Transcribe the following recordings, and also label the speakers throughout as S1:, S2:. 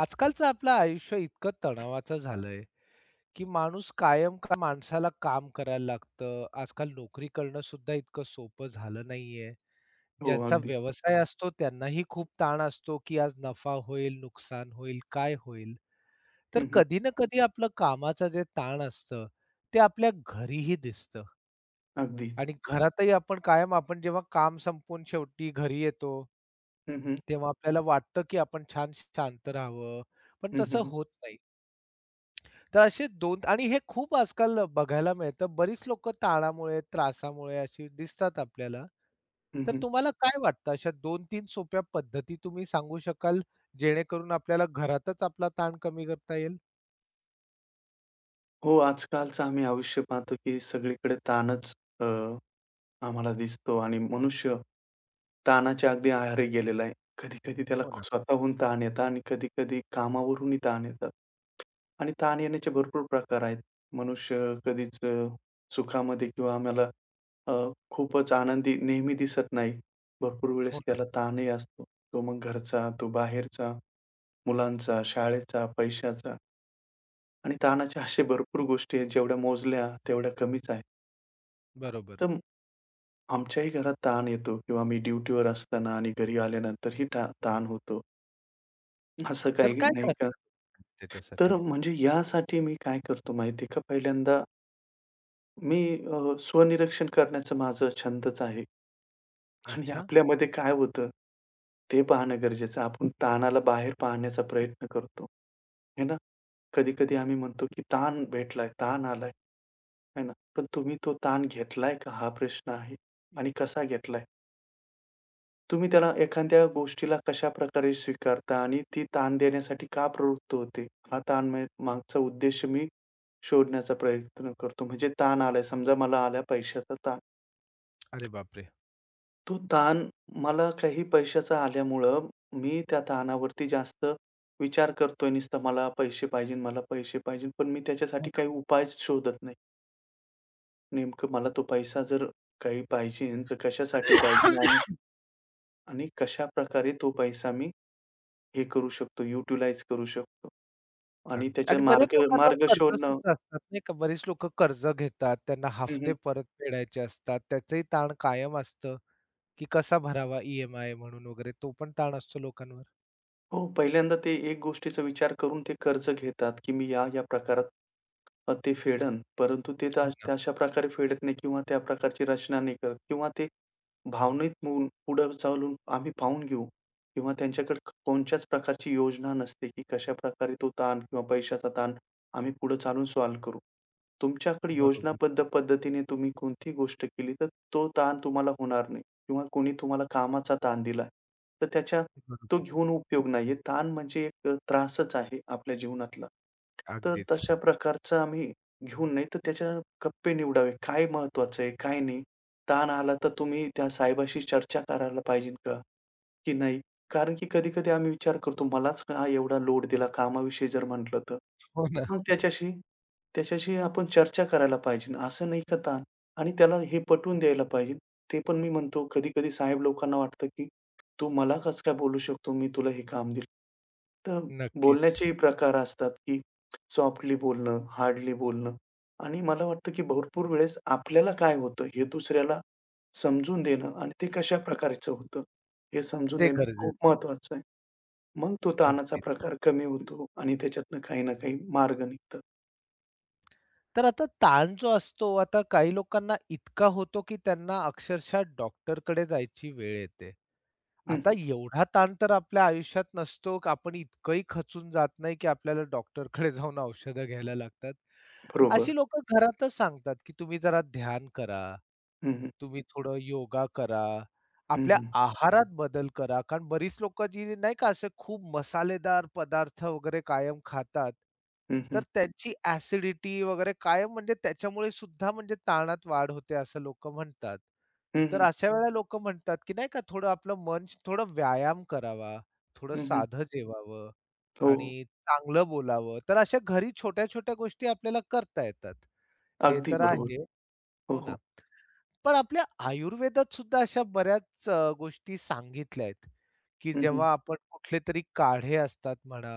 S1: आजकालचं आपलं आयुष्य इतकं तणावाचं झालंय, की माणूस कायम का माणसाला काम करायला लागतं. आजकाल नोकरी करणं सुद्धा इतकं सोपं झालं नाहीये.
S2: हो,
S1: ज्यांचा
S2: अगदी.
S1: व्यवसाय असतो त्यांनाही खूप ताण असतो, की आज नफा होईल, नुकसान होईल, काय होईल? तर
S2: हं, हं.
S1: कधी ना कधी आपलं कामाचं जे ताण असतं, ते आपल्या घरीही दिसतं
S2: अगदीच.
S1: आणि घरातही आपण जेव्हा काम संपवून शेवटी घरी येतो,
S2: हं, हं.
S1: तेव्हा आपल्याला वाटतं, की आपण छान शांत राहावं, पण
S2: हं,
S1: तसं
S2: हं.
S1: होत नाही. तर असे 2 आणि हे खूप आजकाल बघायला मिळतं. बरीच लोकं ताणामुळे, त्रासामुळे अशी दिसतात आपल्याला.
S2: हं,
S1: तर
S2: हं.
S1: तुम्हाला काय वाटतं अशा 2-3 सोप्या पद्धती तुम्ही सांगू शकाल, जेणेकरून आपल्याला घरातच आपला ताण कमी करता येईल?
S2: हो, आजकालचं आम्ही आयुष्य पाहतो, की सगळीकडे ताणच अ, आम्हाला दिसतो आणि मनुष्य ताणाच्या अगदी आहारी गेलेला आहे. कधी-कधी त्याला
S1: हो ना,
S2: स्वतःहून ताण येतात आणि कधी-कधी कामावरूनही ताण येतात. आणि ताण येण्याचे भरपूर प्रकार आहेत. मनुष्य कधीच सुखामध्ये किंवा आम्हाला अ, खूपच आनंदी नेहमी दिसत नाही. भरपूर
S1: हो
S2: वेळेस
S1: ना.
S2: त्याला ताणही असतो. तो मग घरचा, तो बाहेरचा. मुलांचा, शाळेचा, पैशाचा आणि ताणाच्या अशा भरपूर गोष्टी आहेत, जेवढ्या मोजल्या तेवढ्या कमीच आहेत.
S1: बरोबर.
S2: तर आमच्याही घरात ताण येतो किंवा मी ड्युटीवर असताना आणि घरी आल्यानंतरही ताण होतो. असं
S1: तर
S2: काही
S1: काय
S2: नाही का?
S1: करतात?
S2: तर
S1: त्याच्यासाठी.
S2: म्हणजे यासाठी मी काय करतो माहिती का? पहिल्यांदा मी स्वनिरीक्षण करण्याचा माझा छंदच आहे आणि
S1: अच्छा.
S2: आपल्यामध्ये काय होतं, ते पाहणं गरजेचं. आपण ताणाला बाहेर पाहण्याचा प्रयत्न करतो, हे ना? कधी-कधी आम्ही म्हणतो, की ताण भेटलाय, ताण आलाय. आहे ना. पण तुम्ही तो ताण घेतलाय का? हा प्रश्न आहे हं. आणि कसा घेतलाय? तुम्ही त्याला एखाद्या गोष्टीला कशाप्रकारे स्वीकारता आणि ती ताण देण्यासाठी का प्रवृत्त होते? हा ताण मागचा उद्देश मी शोधण्याचा प्रयत्न करतो. म्हणजे ताण आलाय, समजा मला आला पैशाचा ताण.
S1: अरे बापरे!
S2: तो ताण मला काही पैशाचा आल्यामुळं मी त्या ताणावरती जास्त विचार करतोय. नुसतं मला पैसे पाहिजे, मला पैसे पाहिजे. पण मी
S1: हो
S2: त्याच्यासाठी
S1: ना.
S2: काही उपाय शोधत नाही. नेमकं मला तो पैसा जर काही पाहिजेन, तर कशासाठी पाहिजेन आणि आणि कशा प्रकारे तो पैसा मी हे करू शकतो, युटिलाइज करू शकतो आणि
S1: अगदी.
S2: त्याचे
S1: आणि बऱ्याच
S2: मार्ग
S1: लोकांवर
S2: मार्ग
S1: कर्ज
S2: शोधणं.
S1: सुद्धा असतात नाही का? बरीच लोकं कर्ज घेतात, त्यांना हफ्ते परत फेडायचे असतात, त्याचंही ताण कायम असतं. की कसा भरावा EMI म्हणून वगैरे तो पण ताण असतो लोकांवर.
S2: हो, पहिल्यांदा ते एक गोष्टीचा विचार करून ते कर्ज घेतात, की मी या-या प्रकारात ते फेडन. परंतु ते त
S1: हो ना.
S2: तशा प्रकारे फेडत नाही किंवा त्या प्रकारची रचना नाही करत किंवा ते भावनिक होऊन पुढं चालून आम्ही पाहून घेऊ किंवा त्यांच्याकडे कोणत्याच प्रकारची योजना नसते, की कशाप्रकारे तो ताण किंवा पैशाचा ताण आम्ही पुढे चालून सॉल्व्ह करू. तुमच्याकडे
S1: बरोबर,
S2: योजनाबद्ध पद्धतीने तुम्ही कोणती गोष्ट केली, तर तो ताण तुम्हाला होणार नाही किंवा कोणी तुम्हाला कामाचा ताण दिला, तर त्याच्या तो
S1: बरोबर.
S2: घेऊन उपयोग नाहीये. ताण म्हणजे एक त्रासच आहे आपल्या जीवनातला. तर
S1: अगदीच.
S2: तशा प्रकारचा आम्ही घेऊन नाही तर त्याच्या कप्पे निवडावे. काय महत्वाचं आहे, काय नाही? ताण आला तर तुम्ही त्या साहेबाशी चर्चा करायला पाहिजे का? की नाही? कारण की कधी-कधी आम्ही विचार करतो, मलाच हा एवढा लोड दिला कामाविषयी जर म्हटलं तर.
S1: हो ना.
S2: मग त्याच्याशी त्याच्याशी आपण चर्चा करायला पाहिजे. असं नाही का ताण आणि त्याला हे पटवून द्यायला पाहिजे. ते पण मी म्हणतो कधी-कधी साहेब लोकांना वाटतं, की तू मला कसं काय बोलू शकतो? मी तुला हे काम दिलं. तर
S1: नक्कीच.
S2: बोलण्याचेही प्रकार असतात, की सॉफ्टली बोलणं, हार्डली बोलणं आणि मला वाटतं, की भरपूर वेळेस आपल्याला काय होतं हे दुसऱ्याला समजून देणं आणि ते कशा प्रकारचं होतं, हे समजून
S1: ते
S2: देणं खूप
S1: गरजेचं आहे.
S2: महत्वाचं आहे. मग तो ताणाचा
S1: अगदीच.
S2: प्रकार कमी होतो आणि त्याच्यातनं काही ना काही मार्ग निघतात.
S1: तर आता ताण जो असतो, आता काही लोकांना इतका होतो, की त्यांना अक्षरशः डॉक्टरकडे जायची वेळ येते.
S2: हं,
S1: आता
S2: हं.
S1: एवढा ताण तर आपल्या आयुष्यात नसतो, की आपण इतकंही खचून जात नाही, की आपल्याला डॉक्टरकडे जाऊन औषधं घ्यायला लागतात.
S2: बरोबर.
S1: अशी लोकं घरातच सांगतात, की तुम्ही जरा ध्यान करा,
S2: हं, हं.
S1: तुम्ही थोडं योगा करा,
S2: हं,
S1: आपल्या
S2: हं.
S1: आहारात बदल करा. कारण बरीच लोकं जी नाही का असे खूप मसालेदार पदार्थ वगैरे कायम खातात,
S2: हं, हं.
S1: तर त्यांची ॲसिडिटी वगैरे कायम म्हणजे त्याच्यामुळे सुद्धा म्हणजे ताणात वाढ होते असं लोकं म्हणतात.
S2: हं,
S1: तर
S2: हं.
S1: अशा वेळेला लोकं म्हणतात, की नाही का थोडं आपलं मन थोडं व्यायाम करावा, थोडं
S2: हं, हं.
S1: साधं जेवावं
S2: हो.
S1: आणि चांगलं बोलावं. तर अशा घरी छोट्या-छोट्या गोष्टी आपल्याला करता येतात. हे
S2: अगदी
S1: तर
S2: बरोबर.
S1: आहे.
S2: हो,
S1: हो ना.
S2: हो.
S1: पण आपल्या आयुर्वेदात सुद्धा अशा बऱ्याच गोष्टी सांगितल्या आहेत, की
S2: हं, हं.
S1: जेव्हा आपण कुठलेतरी काढे असतात म्हणा,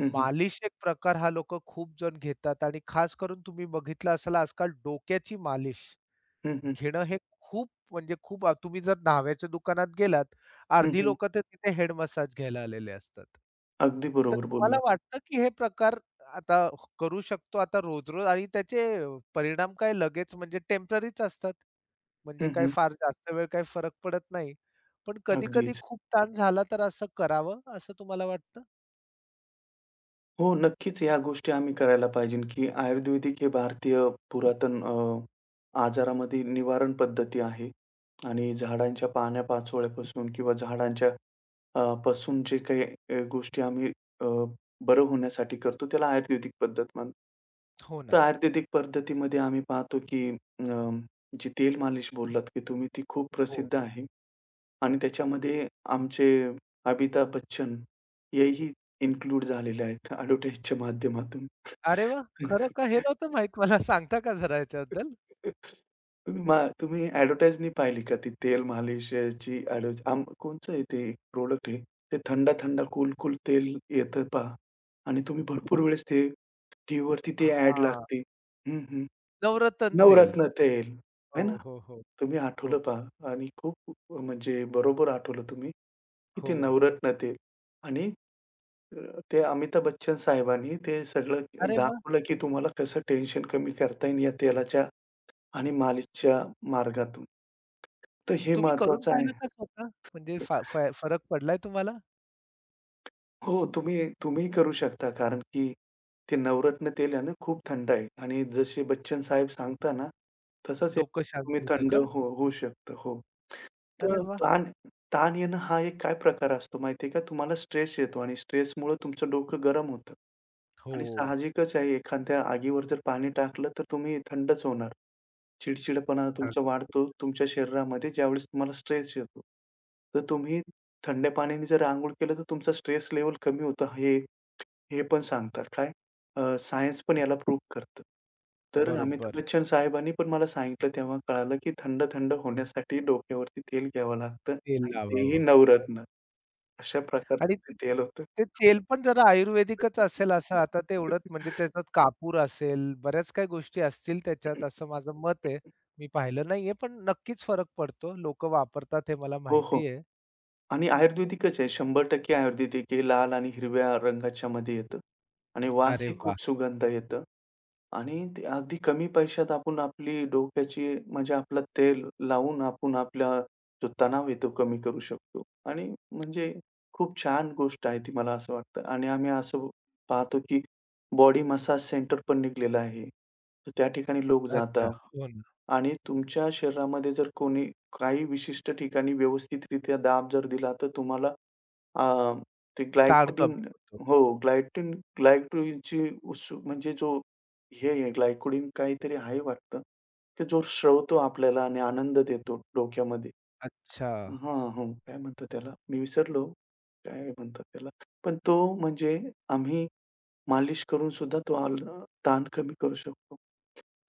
S2: हं, हं.
S1: मालिश एक प्रकार हा लोकं खूप जण घेतात आणि खास करून तुम्ही बघितलं असेल आजकाल डोक्याची मालिश
S2: हं, हं.
S1: घेणं हे खूप म्हणजे खूप तुम्ही जर न्हाव्याच्या दुकानात गेलात,
S2: हं,
S1: अर्धी
S2: हं.
S1: लोकं तर तिथे हेड मसाज घ्यायला आलेले असतात.
S2: अगदी
S1: तर
S2: बरोबर
S1: तुम्हाला
S2: बोललात.
S1: वाटतं की हे प्रकार आता करू शकतो आता रोज-रोज आणि त्याचे परिणाम काय लगेच म्हणजे टेम्पररीच असतात. म्हणजे
S2: हं,
S1: काय
S2: हं.
S1: फार जास्त वेळ काही फरक पडत नाही. पण कधी-कधी
S2: अगदीच.
S1: खूप ताण झाला तर असं करावं असं तुम्हाला वाटतं?
S2: हो, नक्कीच या गोष्टी आम्ही करायला पाहिजे, की आयुर्वेदिक हे भारतीय पुरातन आजारामध्ये निवारण पद्धती आहे आणि झाडांच्या पाना पाचोळ्यापासून किंवा झाडांच्या पासून जे काही गोष्टी आम्ही अ, बरं होण्यासाठी करतो, त्याला आयुर्वेदिक पद्धत म्हणतो.
S1: हो
S2: तर
S1: ना.
S2: आयुर्वेदिक पद्धतीमध्ये आम्ही पाहतो, की अ, जी तेल मालिश बोललात, की तुम्ही ती खूप
S1: हो.
S2: प्रसिद्ध आहे. आणि त्याच्यामध्ये आमचे अमिताभ बच्चन हेही इन्क्लूड झालेले आहेत ॲडव्हर्टाइजच्या माध्यमातून.
S1: अरे वाह! खरं का? हे नव्हतं माहीत मला. सांगता का जरा याच्याबद्दल?
S2: मा तुम्ही ॲडव्हर्टाइज नाही पाहिली का? ती तेल मालिशची ॲडव्हर्टाइज आम कोणचं आहे ते प्रॉडक्ट आहे. ते थंडा-थंडा कूल-कूल तेल येतं पहा आणि तुम्ही भरपूर वेळेस ते टीव्हीवरती ते ॲड
S1: हां.
S2: लागते. हं, हं.
S1: नवरत्न तेल.
S2: नवरत्न तेल,
S1: हो,
S2: है ना?
S1: हो, हो.
S2: तुम्ही आठवलं
S1: हो,
S2: पहा आणि खूप म्हणजे बरोबर आठवलं तुम्ही, की ते
S1: हो.
S2: नवरत्न तेल आणि ते अमिताभ बच्चन साहेबांनी ते सगळं
S1: अरे वाह!
S2: दाखवलं, की तुम्हाला कसं टेन्शन कमी करता येईल या तेलाच्या आणि मालिशच्या मार्गातून. तर हे
S1: तुम्ही करून
S2: महत्वाचं आहे.
S1: पाहिलं का स्वतः? म्हणजे फा फा फरक पडलाय तुम्हाला?
S2: हो, तुम्हीही करू शकता. कारण की ते नवरत्न तेल आहे ना, खूप थंड आहे आणि जसे बच्चन साहेब सांगता ना, तसंच हे
S1: डोकं शांत
S2: तुम्ही
S1: होतं
S2: थंड
S1: का?
S2: हो होऊ शकतं. हो.
S1: अरे
S2: तर
S1: वाह!
S2: ताण ताण येणं हा एक काय प्रकार असतो माहिती का? तुम्हाला स्ट्रेस येतो आणि स्ट्रेसमुळं तुमचं डोकं गरम होतं
S1: हो.
S2: आणि साहजिकच आहे एखाद्या आगीवर जर पाणी टाकलं, तर तुम्ही थंडच होणार. चिडचिडेपणा
S1: अग
S2: तुमचा वाढतो तुमच्या शरीरामध्ये ज्यावेळेस तुम्हाला स्ट्रेस येतो. तर तुम्ही थंड्या पाण्याने जर अंघोळ केलं तर तुमचा स्ट्रेस लेवल कमी होतं. हे हे पण सांगतात. काय सायन्स पण याला प्रूव्ह करतं. तर हं. अमिताभ
S1: बरोबर.
S2: बच्चन साहेबांनी पण मला सांगितलं तेव्हा कळालं, की थंड-थंड होण्यासाठी डोक्यावरती तेल घ्यावं लागतं
S1: तेल
S2: आणि तेही
S1: लावावं. हो ना.
S2: नवरत्न अशा
S1: आणि
S2: प्रकारचं ते
S1: ते
S2: तेल होतं.
S1: ते तेल पण जरा आयुर्वेदिकच असेल असं आता ते एवढंच म्हणजे त्याच्यात कापूर असेल, बऱ्याच काही गोष्टी असतील त्याच्यात असं माझं मत आहे. मी पाहिलं नाहीये पण नक्कीच फरक पडतो. लोकं वापरतात हे मला
S2: हो, हो.
S1: माहिती आहे.
S2: आणि आयुर्वेदिकच आहे. 100% आयुर्वेदिक आहे. लाल आणि हिरव्या रंगाच्या मध्ये येतं आणि
S1: अरे
S2: वासही
S1: वाह!
S2: खूप सुगंध येतं. आणि ते अगदी कमी पैशात आपण आपली डोक्याची म्हणजे आपलं तेल लावून आपण आपला जो तणाव आहे तो कमी करू शकतो. आणि म्हणजे खूप छान गोष्ट आहे ती मला असं वाटतं. आणि आम्ही असं पाहतो, की बॉडी मसाज सेंटर पण निघालेलं आहे. तर त्या ठिकाणी लोक
S1: अच्छा.
S2: जातात
S1: हो ना.
S2: आणि तुमच्या शरीरामध्ये जर कोणी काही विशिष्ट ठिकाणी व्यवस्थितरित्या दाब जर दिला, तर तुम्हाला अ, ते
S1: ताण कमी
S2: ग्लायकोडिन.
S1: होतो.
S2: हो, ग्लायटिन ग्लायकोडिनची उस म्हणजे जो हे आहे ग्लायकोडिन काहीतरी आहे वाटतं, की जो स्रवतो आपल्याला आणि आनंद देतो डोक्यामध्ये.
S1: अच्छा.
S2: हां, हो. काय म्हणतात त्याला? मी विसरलो, काय म्हणतात त्याला? पण तो म्हणजे आम्ही मालिश करून सुद्धा तो आल ताण कमी करू शकतो.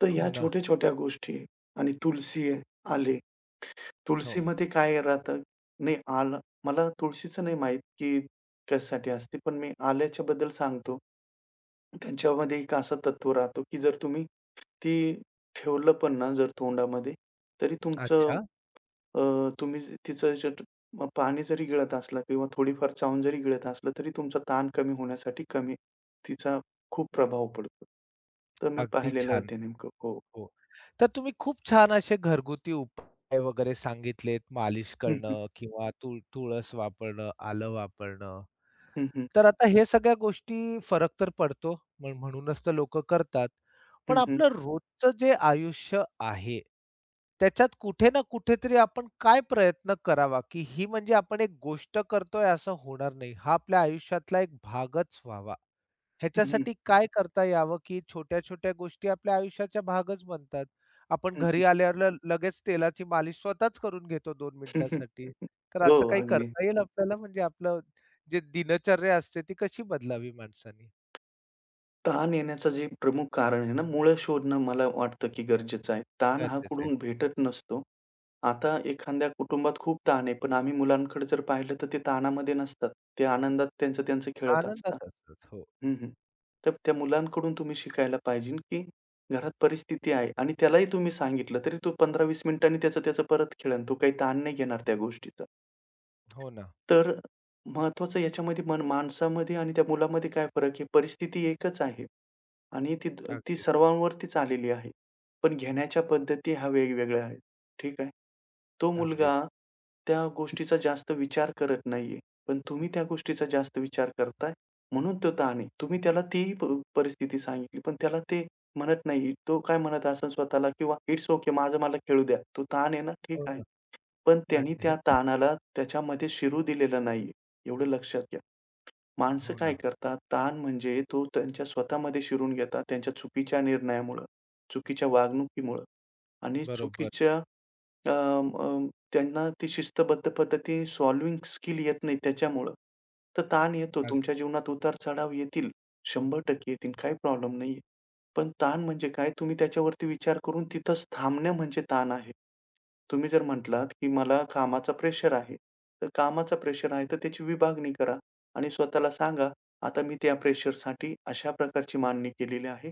S2: तर ह्या
S1: हो ना.
S2: छोट्या-छोट्या गोष्टी आहे आणि तुलसी आहे, आले.
S1: हो,
S2: तुळशीमध्ये काय राहतं? नाही आलं मला तुळशीचं नाही माहीत, की कशासाठी असते. पण मी
S1: हो.
S2: आल्याच्याबद्दल सांगतो. त्यांच्यामध्ये एक असं तत्व राहतो, की जर तुम्ही ती ठेवलं पण ना जर तोंडामध्ये, तरी तुमचं
S1: अच्छा.
S2: अ, तुम्ही तिचं जे ट- म पाणी जरी गिळत असला किंवा थोडीफार चावून जरी गिळत असलं, तरी तुमचा ताण कमी होण्यासाठी कमी तिचा खूप प्रभाव पडतो. तर मी
S1: अगदी
S2: पाहिलेलं आहे
S1: छान.
S2: ते नेमकं. हो.
S1: हो. तर तुम्ही खूप छान असे घरगुती उपाय वगैरे सांगितलेत, मालिश करणं किंवा तुळस वापरणं, आलं वापरणं.
S2: हं, हं.
S1: तर आता हे सगळ्या गोष्टी फरक तर पडतो. म्हणूनच तर लोकं करतात. पण
S2: हं, हं.
S1: आपलं रोजचं जे आयुष्य आहे, त्याच्यात कुठे ना कुठेतरी आपण काय प्रयत्न करावा, की ही म्हणजे आपण एक गोष्ट करतोय असं होणार नाही. हा आपल्या आयुष्यातला एक भागच व्हावा.
S2: हं, हं. हं, हं.
S1: ह्याच्यासाठी काय करता यावं, की छोट्या-छोट्या गोष्टी आपल्या आयुष्याचा भागच बनतात. आपण
S2: हं,
S1: घरी आल्यावर लगेच तेलाची मालिश स्वतःच करून घेतो 2 मिनिटासाठी. तर
S2: हो,
S1: असं काही
S2: अगदी.
S1: करता येईल आपल्याला म्हणजे आपलं जे दिनचर्या असते ती कशी बदलावी माणसाने
S2: ताण येण्याचं जे प्रमुख कारण आहे ना, मुळं शोधणं मला वाटतं की गरजेचं आहे. ताण हा
S1: गरजेचं आहे
S2: कुठून
S1: हो.
S2: भेटत नसतो. आता एखाद्या कुटुंबात खूप ताण आहे, पण आम्ही मुलांकडे जर पाहिलं तर ते ताणामध्ये नसतात. ते आनंदात त्यांचं त्यांचं खेळत असतात.
S1: आनंदात असतोच. हो.
S2: हं, हं. तर त्या मुलांकडून तुम्ही शिकायला पाहिजे, की घरात परिस्थिती आहे आणि त्यालाही तुम्ही सांगितलं, तरी तो 15-20 मिनिटांनी त्याचं त्याचं परत खेळेल. तो काही ताण नाही घेणार त्या गोष्टीचा.
S1: हो ना.
S2: तर महत्त्वाचं याच्यामध्ये मन माणसामध्ये आणि त्या मुलामध्ये काय फरक आहे? परिस्थिती एकच आहे आणि ती ती
S1: अगदीच,
S2: सर्वांवरतीच आलेली आहे. पण घेण्याच्या पद्धती ह्या वेगवेगळ्या आहेत. ठीक आहे. तो मुलगा
S1: अगदीच.
S2: त्या गोष्टीचा जास्त विचार करत नाहीये. पण तुम्ही त्या गोष्टीचा जास्त विचार करताय, म्हणून तो ताण आहे. तुम्ही त्याला तीही परिस्थिती सांगितली, पण त्याला ते म्हणत नाही. तो काय म्हणत असेल स्वतःला किंवा "इट्स ओके माझं मला खेळू द्या." तो ताण आहे ना, ठीक
S1: हो
S2: आहे.
S1: ना.
S2: पण त्यांनी त्या
S1: अगदीच.
S2: ताणाला त्याच्यामध्ये शिरू दिलेलं नाहीये. एवढं लक्षात घ्या. माणसं
S1: हो
S2: काय
S1: ना.
S2: करतात, ताण म्हणजे तो त्यांच्या स्वतःमध्ये शिरून घेतात त्यांच्या चुकीच्या निर्णयामुळं, चुकीच्या वागणुकीमुळं आणि
S1: बरोबर.
S2: चुकीच्या अ, अ, त्यांना ती शिस्तबद्ध पद्धती सॉल्व्हिंग स्किल येत नाही त्याच्यामुळं. तर ताण येतो.
S1: अगदी
S2: तुमच्या जीवनात उतार-चढाव येतील. 100% येतील. काही प्रॉब्लेम नाहीये. पण ताण म्हणजे काय? तुम्ही त्याच्यावरती विचार करून तिथंच थांबणं म्हणजे ताण आहे. तुम्ही जर म्हटलात, की मला कामाचा प्रेशर आहे. तर कामाचा प्रेशर आहे तर त्याची विभागणी करा आणि स्वतःला सांगा, "आता मी त्या प्रेशरसाठी अशा प्रकारची मांडणी केलेली आहे.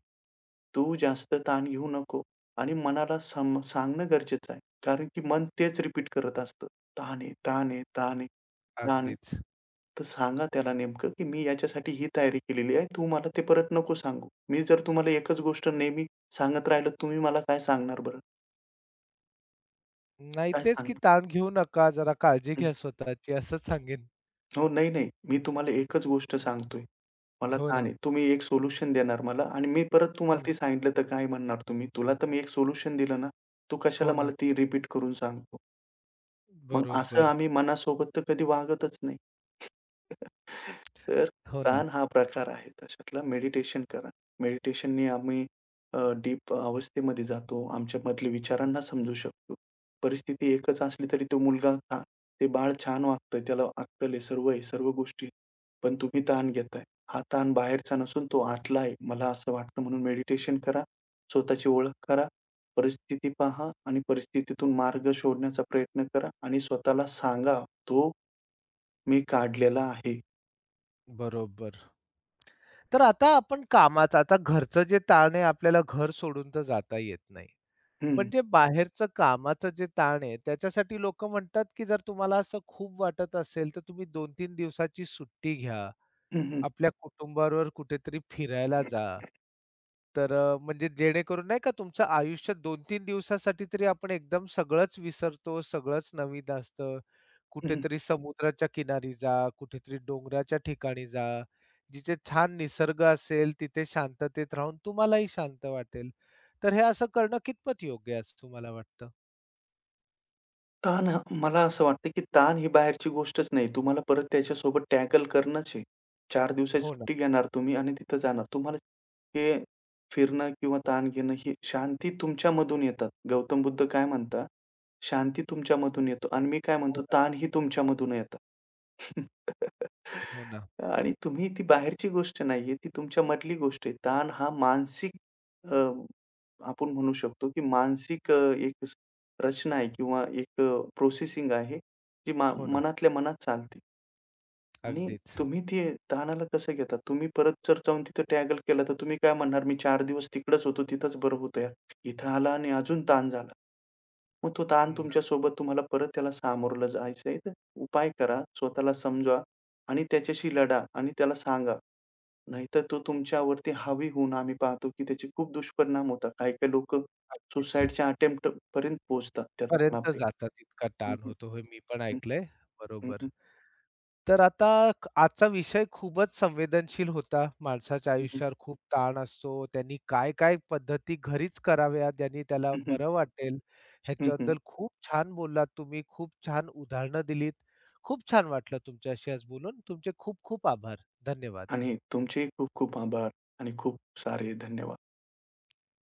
S2: तू जास्त ताण घेऊ नको." आणि मनाला सांगणं गरजेचं आहे. कारण की मन तेच रिपीट करत असतं. "ताण आहे, ताण आहे."
S1: अगदीच.
S2: तर सांगा त्याला नेमकं, की "मी याच्यासाठी ही तयारी केलेली आहे. तू मला ते परत नको सांगू. मी जर तुम्हाला एकच गोष्ट नेहमी सांगत राहिलो, तुम्ही मला काय सांगणार बरं?
S1: नाही
S2: काय
S1: तेच की
S2: सांगणार?"
S1: ताण घेऊ नका, जरा काळजी
S2: हं.
S1: घ्या स्वतःची असंच सांगेन.
S2: "हो, नाही, नाही. मी तुम्हाला एकच गोष्ट सांगतोय. मला
S1: हो
S2: ताण
S1: ना.
S2: आहे. तुम्ही एक सोल्युशन देणार मला आणि मी परत
S1: हो
S2: तुम्हाला
S1: ना.
S2: ते सांगितलं तर काय म्हणणार तुम्ही? तुला तर मी एक सोल्युशन दिलं ना, तू कशाला
S1: हो ना.
S2: मला ती रिपीट करून सांगतो?" मग असं
S1: बरोबर.
S2: आम्ही मनासोबत तर कधी वागतच नाही. तर
S1: हो ना.
S2: ताण हा प्रकार आहे त्याच्यातला. मेडिटेशन करा. मेडिटेशननी आम्ही अ, डीप अवस्थेमध्ये जातो. आमच्यामधले विचारांना समजू शकतो. परिस्थिती एकच असली तरी तो मुलगा छा ते बाळ छान वागतंय. त्याला अक्कल आहे, सर्व आहे, सर्व गोष्टी आहे. पण तुम्ही ताण घेताय. हा ताण बाहेरचा नसून तो आतला आहे. मला असं वाटतं, म्हणून मेडिटेशन करा. स्वतःची ओळख करा. परिस्थिती पहा आणि परिस्थितीतून मार्ग शोधण्याचा प्रयत्न करा आणि स्वतःला सांगा, "तो मी काढलेला आहे."
S1: बरोबर. तर आता आपण कामाचं आता घरचं जे ताण आहे आपल्याला घर सोडून तर जाता येत नाही.
S2: हं.
S1: पण जे बाहेरचं कामाचं जे ताण आहे त्याच्यासाठी लोकं म्हणतात, की जर तुम्हाला असं खूप वाटत असेल तर तुम्ही 2-3 दिवसाची सुट्टी घ्या.
S2: हं, हं.
S1: आपल्या कुटुंबाबरोबर कुठेतरी फिरायला
S2: हं,
S1: जा. तर म्हणजे जेणेकरून नाही का तुमचं आयुष्य 2-3 दिवसासाठी तरी आपण एकदम सगळंच विसरतो, सगळंच नवीन असतं. कुठेतरी समुद्राच्या किनारी जा, कुठेतरी डोंगराच्या ठिकाणी जा, जिथे छान निसर्ग असेल, तिथे शांततेत राहून तुम्हालाही शांत वाटेल. तर हे असं करणं कितपत योग्य आहे असं तुम्हाला वाटतं?
S2: ताण मला असं वाटतं, की ताण ही बाहेरची गोष्टच नाही. तुम्हाला परत त्याच्यासोबत टॅकल करणंच आहे. 4 दिवसाची
S1: हो ना,
S2: सुट्टी घेणार तुम्ही आणि तिथं जाणार. तुम्हाला हे फिरणं किंवा ताण घेणं ही शांती तुमच्यामधून येतात. गौतम बुद्ध काय म्हणतात, "शांती तुमच्यामधून येतो" आणि मी काय
S1: हो
S2: म्हणतो,
S1: ना,
S2: "ताण ही तुमच्यामधून येतात."
S1: हो ना,
S2: आणि तुम्ही ती बाहेरची गोष्ट नाहीये, ती तुमच्यामधली गोष्ट आहे. ताण हा मानसिक अ, आपण म्हणू शकतो, की मानसिक एक रचना आहे किंवा एक प्रोसेसिंग आहे, जी मा
S1: हो ना.
S2: मनातल्या मनात चालते आणि
S1: अगदीच.
S2: तुम्ही ते ताणाला कसं घेता? तुम्ही परत जर जाऊन तिथं टॅगल केला, तर तुम्ही काय म्हणणार, "मी 4 दिवस तिकडंच होतो, तिथंच बरं होतं यार. इथं आला आणि अजून ताण झाला." मग तो ताण
S1: हं,
S2: तुमच्यासोबत तुम्हाला परत त्याला सामोरलं जायचं तर उपाय करा, स्वतःला समजवा आणि त्याच्याशी लढा आणि त्याला सांगा. नाहीतर तो तुमच्यावरती हावी होऊन आम्ही पाहतो, की त्याचे खूप दुष्परिणाम होतात. काही-काही लोकं
S1: अगदीच.
S2: सुसाईडच्या अटेम्प्टपर्यंत पोहोचतात त्या
S1: पर्यंत
S2: ताणापायी.
S1: जातात इतका ताण होतो. हे मी पण
S2: हं,
S1: ऐकलंय.
S2: हं,
S1: बरोबर.
S2: हं,
S1: तर आता आजचा विषय खूपच संवेदनशील होता. माणसाच्या
S2: हं,
S1: आयुष्यावर खूप ताण असतो. त्यांनी काय काय पद्धती घरीच कराव्या ज्यांनी त्याला
S2: हं, हं,
S1: बरं वाटेल
S2: हं, हं.
S1: ह्याच्याबद्दल खूप छान बोललात तुम्ही. खूप छान उदाहरणं दिलीत. खूप छान वाटलं तुमच्याशी आज बोलून. तुमचे खूप खूप आभार. धन्यवाद.
S2: आणि तुमचेही खूप खूप आभार आणि खूप सारे धन्यवाद.